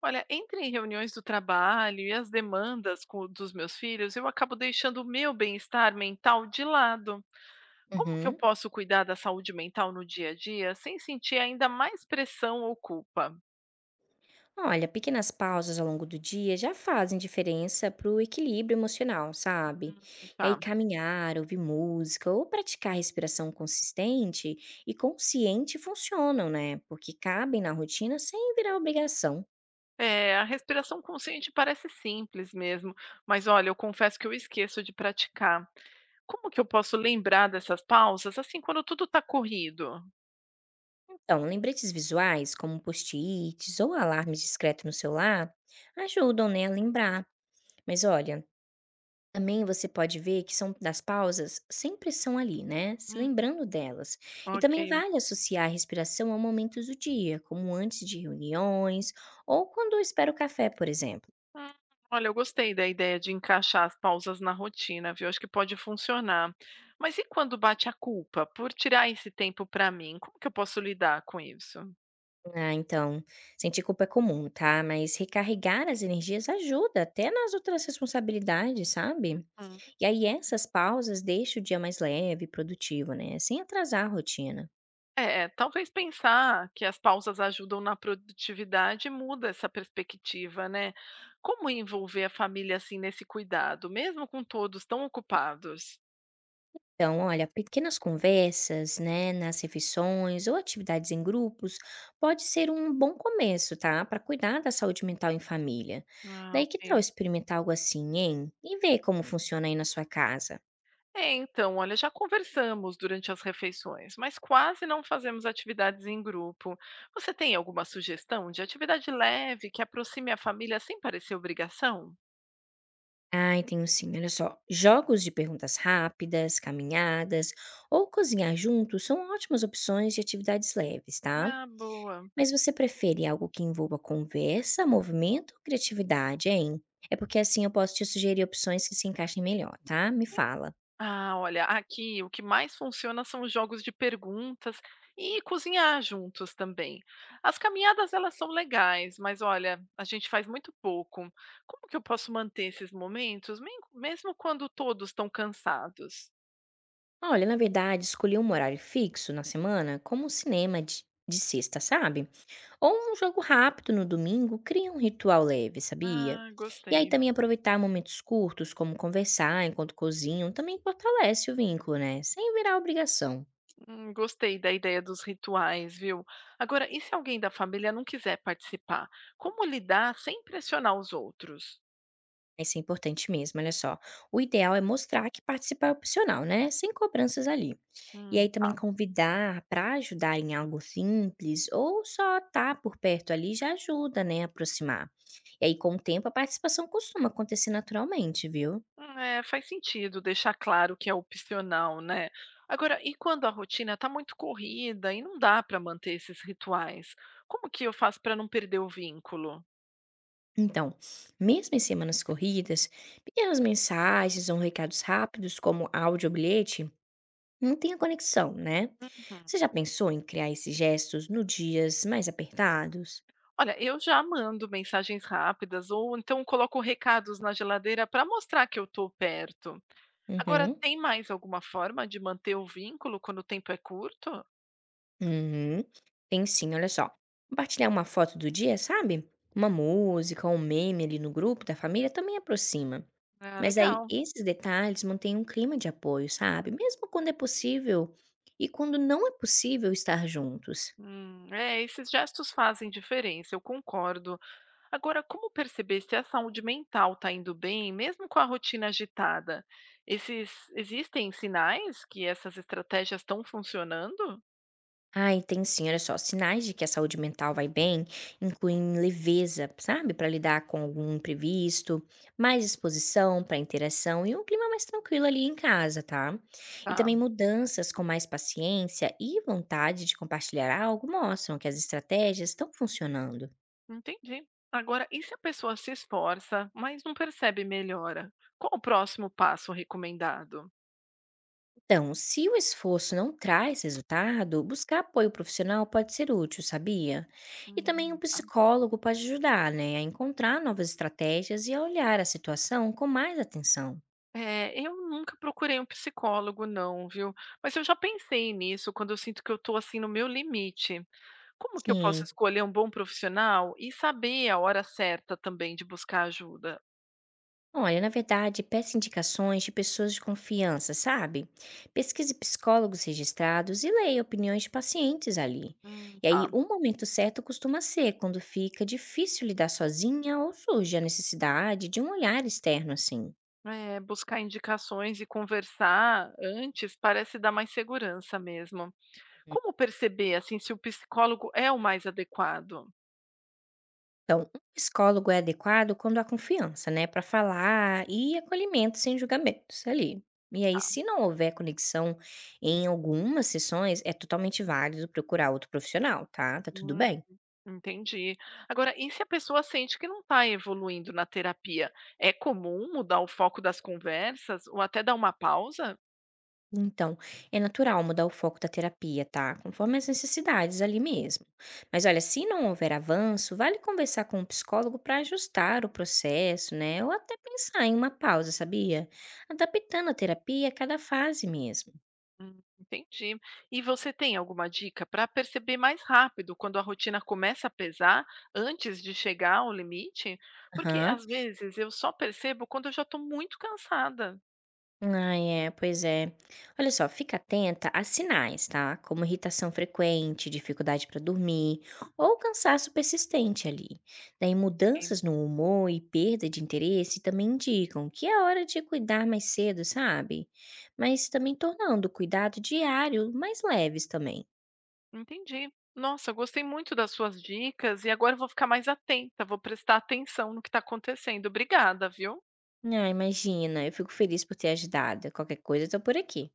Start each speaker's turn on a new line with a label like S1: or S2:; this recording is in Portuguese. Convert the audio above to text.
S1: Olha, entre reuniões do trabalho e as demandas dos meus filhos, eu acabo deixando o meu bem-estar mental de lado. Como que eu
S2: Uhum.
S1: posso cuidar da saúde mental no dia a dia sem sentir ainda mais pressão ou culpa?
S2: Olha, pequenas pausas ao longo do dia já fazem diferença para o equilíbrio emocional, sabe? E aí,
S1: Tá.
S2: caminhar, ouvir música ou praticar respiração consistente e consciente funcionam, né? Porque cabem na rotina sem virar obrigação.
S1: É, a respiração consciente parece simples mesmo, mas olha, eu confesso que eu esqueço de praticar. Como que eu posso lembrar dessas pausas assim quando tudo está corrido?
S2: Então, lembretes visuais, como post-its ou alarmes discretos no celular, ajudam, né, a lembrar. Mas olha, também você pode ver que são das pausas sempre são ali, né, se
S1: Hum,
S2: lembrando delas. E também
S1: ok.
S2: vale associar a respiração a momentos do dia, como antes de reuniões ou quando eu espero o café, por exemplo.
S1: Hum, olha, eu gostei da ideia de encaixar as pausas na rotina, viu? Acho que pode funcionar. Mas e quando bate a culpa por tirar esse tempo para mim? Como que eu posso lidar com isso?
S2: Ah, então, sentir culpa é comum, tá? Mas recarregar as energias ajuda até nas outras responsabilidades, sabe?
S1: Hum.
S2: E aí essas pausas deixam o dia mais leve e produtivo, né? Sem atrasar a rotina.
S1: É, talvez pensar que as pausas ajudam na produtividade muda essa perspectiva, né? Como envolver a família assim nesse cuidado, mesmo com todos tão ocupados?
S2: Então, olha, pequenas conversas, né, nas refeições ou atividades em grupos pode ser um bom começo, tá? Para cuidar da saúde mental em família.
S1: Ah,
S2: Daí que tal
S1: ok.
S2: experimentar algo assim, hein? E ver como funciona aí na sua casa.
S1: É, então, olha, já conversamos durante as refeições, mas quase não fazemos atividades em grupo. Você tem alguma sugestão de atividade leve que aproxime a família sem parecer obrigação?
S2: Ai, tenho sim, olha só. Jogos de perguntas rápidas, caminhadas ou cozinhar juntos são ótimas opções de atividades leves, tá?
S1: Ah, boa.
S2: Mas você prefere algo que envolva conversa, movimento ou criatividade, hein? É porque assim eu posso te sugerir opções que se encaixem melhor, tá? Me fala.
S1: Ah, olha, aqui o que mais funciona são os jogos de perguntas e cozinhar juntos também. As caminhadas elas são legais, mas olha, a gente faz muito pouco. Como que eu posso manter esses momentos, mesmo quando todos estão cansados?
S2: Olha, na verdade, escolhi um horário fixo na semana, como um cinema de sexta, sabe? Ou um jogo rápido no domingo, cria um ritual leve, sabia?
S1: Ah,
S2: E aí
S1: gostei.
S2: também aproveitar momentos curtos, como conversar enquanto cozinham, também fortalece o vínculo, né? Sem virar obrigação.
S1: Gostei da ideia dos rituais, viu? Agora, e se alguém da família não quiser participar? Como lidar sem pressionar os outros?
S2: Isso é importante mesmo, olha só. O ideal é mostrar que participar é opcional, né? Sem cobranças ali. E aí também
S1: Tá.
S2: convidar para ajudar em algo simples ou só estar por perto ali já ajuda, né, a aproximar. E aí com o tempo a participação costuma acontecer naturalmente, viu?
S1: É, faz sentido deixar claro que é opcional, né? Agora, e quando a rotina está muito corrida e não dá para manter esses rituais? Como que eu faço para não perder o vínculo?
S2: Então, mesmo em semanas corridas, pequenas mensagens ou recados rápidos como áudio ou bilhete não tem a conexão, né? Você
S1: Uhum.
S2: já pensou em criar esses gestos no dias mais apertados?
S1: Olha, eu já mando mensagens rápidas ou então coloco recados na geladeira para mostrar que eu estou perto. Agora,
S2: Uhum.
S1: tem mais alguma forma de manter o vínculo quando o tempo é curto?
S2: Uhum. Tem sim, olha só. Compartilhar uma foto do dia, sabe? Uma música, um meme ali no grupo da família também aproxima.
S1: Ah,
S2: Mas aí
S1: legal.
S2: esses detalhes mantêm um clima de apoio, sabe? Mesmo quando é possível e quando não é possível estar juntos.
S1: É, esses gestos fazem diferença, eu concordo. Agora, como perceber se a saúde mental está indo bem, mesmo com a rotina agitada? Esses, existem sinais que essas estratégias estão funcionando?
S2: Ai, tem sim, olha só, sinais de que a saúde mental vai bem incluem leveza, sabe, para lidar com algum imprevisto, mais disposição para interação e um clima mais tranquilo ali em casa, tá? E
S1: Tá.
S2: também mudanças com mais paciência e vontade de compartilhar algo mostram que as estratégias estão funcionando.
S1: Entendi. Agora, e se a pessoa se esforça, mas não percebe melhora? Qual o próximo passo recomendado?
S2: Então, se o esforço não traz resultado, buscar apoio profissional pode ser útil, sabia? E também um
S1: Ah,
S2: psicólogo pode ajudar, né, a encontrar novas estratégias e a olhar a situação com mais atenção.
S1: é, eu nunca procurei um psicólogo, não, viu? Mas eu já pensei nisso quando eu sinto que eu estou assim no meu limite. Como que eu posso
S2: Sim.
S1: escolher um bom profissional e saber a hora certa também de buscar ajuda?
S2: Olha, na verdade, peça indicações de pessoas de confiança, sabe? Pesquise psicólogos registrados e leia opiniões de pacientes ali. E aí,
S1: Tá.
S2: o momento certo costuma ser quando fica difícil lidar sozinha ou surge a necessidade de um olhar externo, assim.
S1: É, buscar indicações e conversar antes parece dar mais segurança mesmo. Como perceber, assim, se o psicólogo é o mais adequado?
S2: Então, um psicólogo é adequado quando há confiança, né, para falar e acolhimento sem julgamentos ali. E aí,
S1: Tá.
S2: se não houver conexão em algumas sessões, é totalmente válido procurar outro profissional, tá? Tá tudo
S1: Hum,
S2: bem.
S1: entendi. Agora, e se a pessoa sente que não está evoluindo na terapia? É comum mudar o foco das conversas ou até dar uma pausa?
S2: Então, é natural mudar o foco da terapia, tá? Conforme as necessidades ali mesmo. Mas olha, se não houver avanço, vale conversar com o psicólogo para ajustar o processo, né? Ou até pensar em uma pausa, sabia? Adaptando a terapia a cada fase mesmo.
S1: Entendi. E você tem alguma dica para perceber mais rápido quando a rotina começa a pesar antes de chegar ao limite? Porque
S2: Aham.
S1: às vezes eu só percebo quando eu já estou muito cansada.
S2: Ai, é, pois é. Olha só, fica atenta a sinais, tá? Como irritação frequente, dificuldade para dormir ou cansaço persistente ali. Daí, mudanças no humor e perda de interesse também indicam que é hora de cuidar mais cedo, sabe? Mas também tornando o cuidado diário mais leves também.
S1: Entendi. Nossa, gostei muito das suas dicas e agora eu vou ficar mais atenta, vou prestar atenção no que está acontecendo. Obrigada, viu?
S2: Ah, imagina, eu fico feliz por ter ajudado. Qualquer coisa, eu tô por aqui.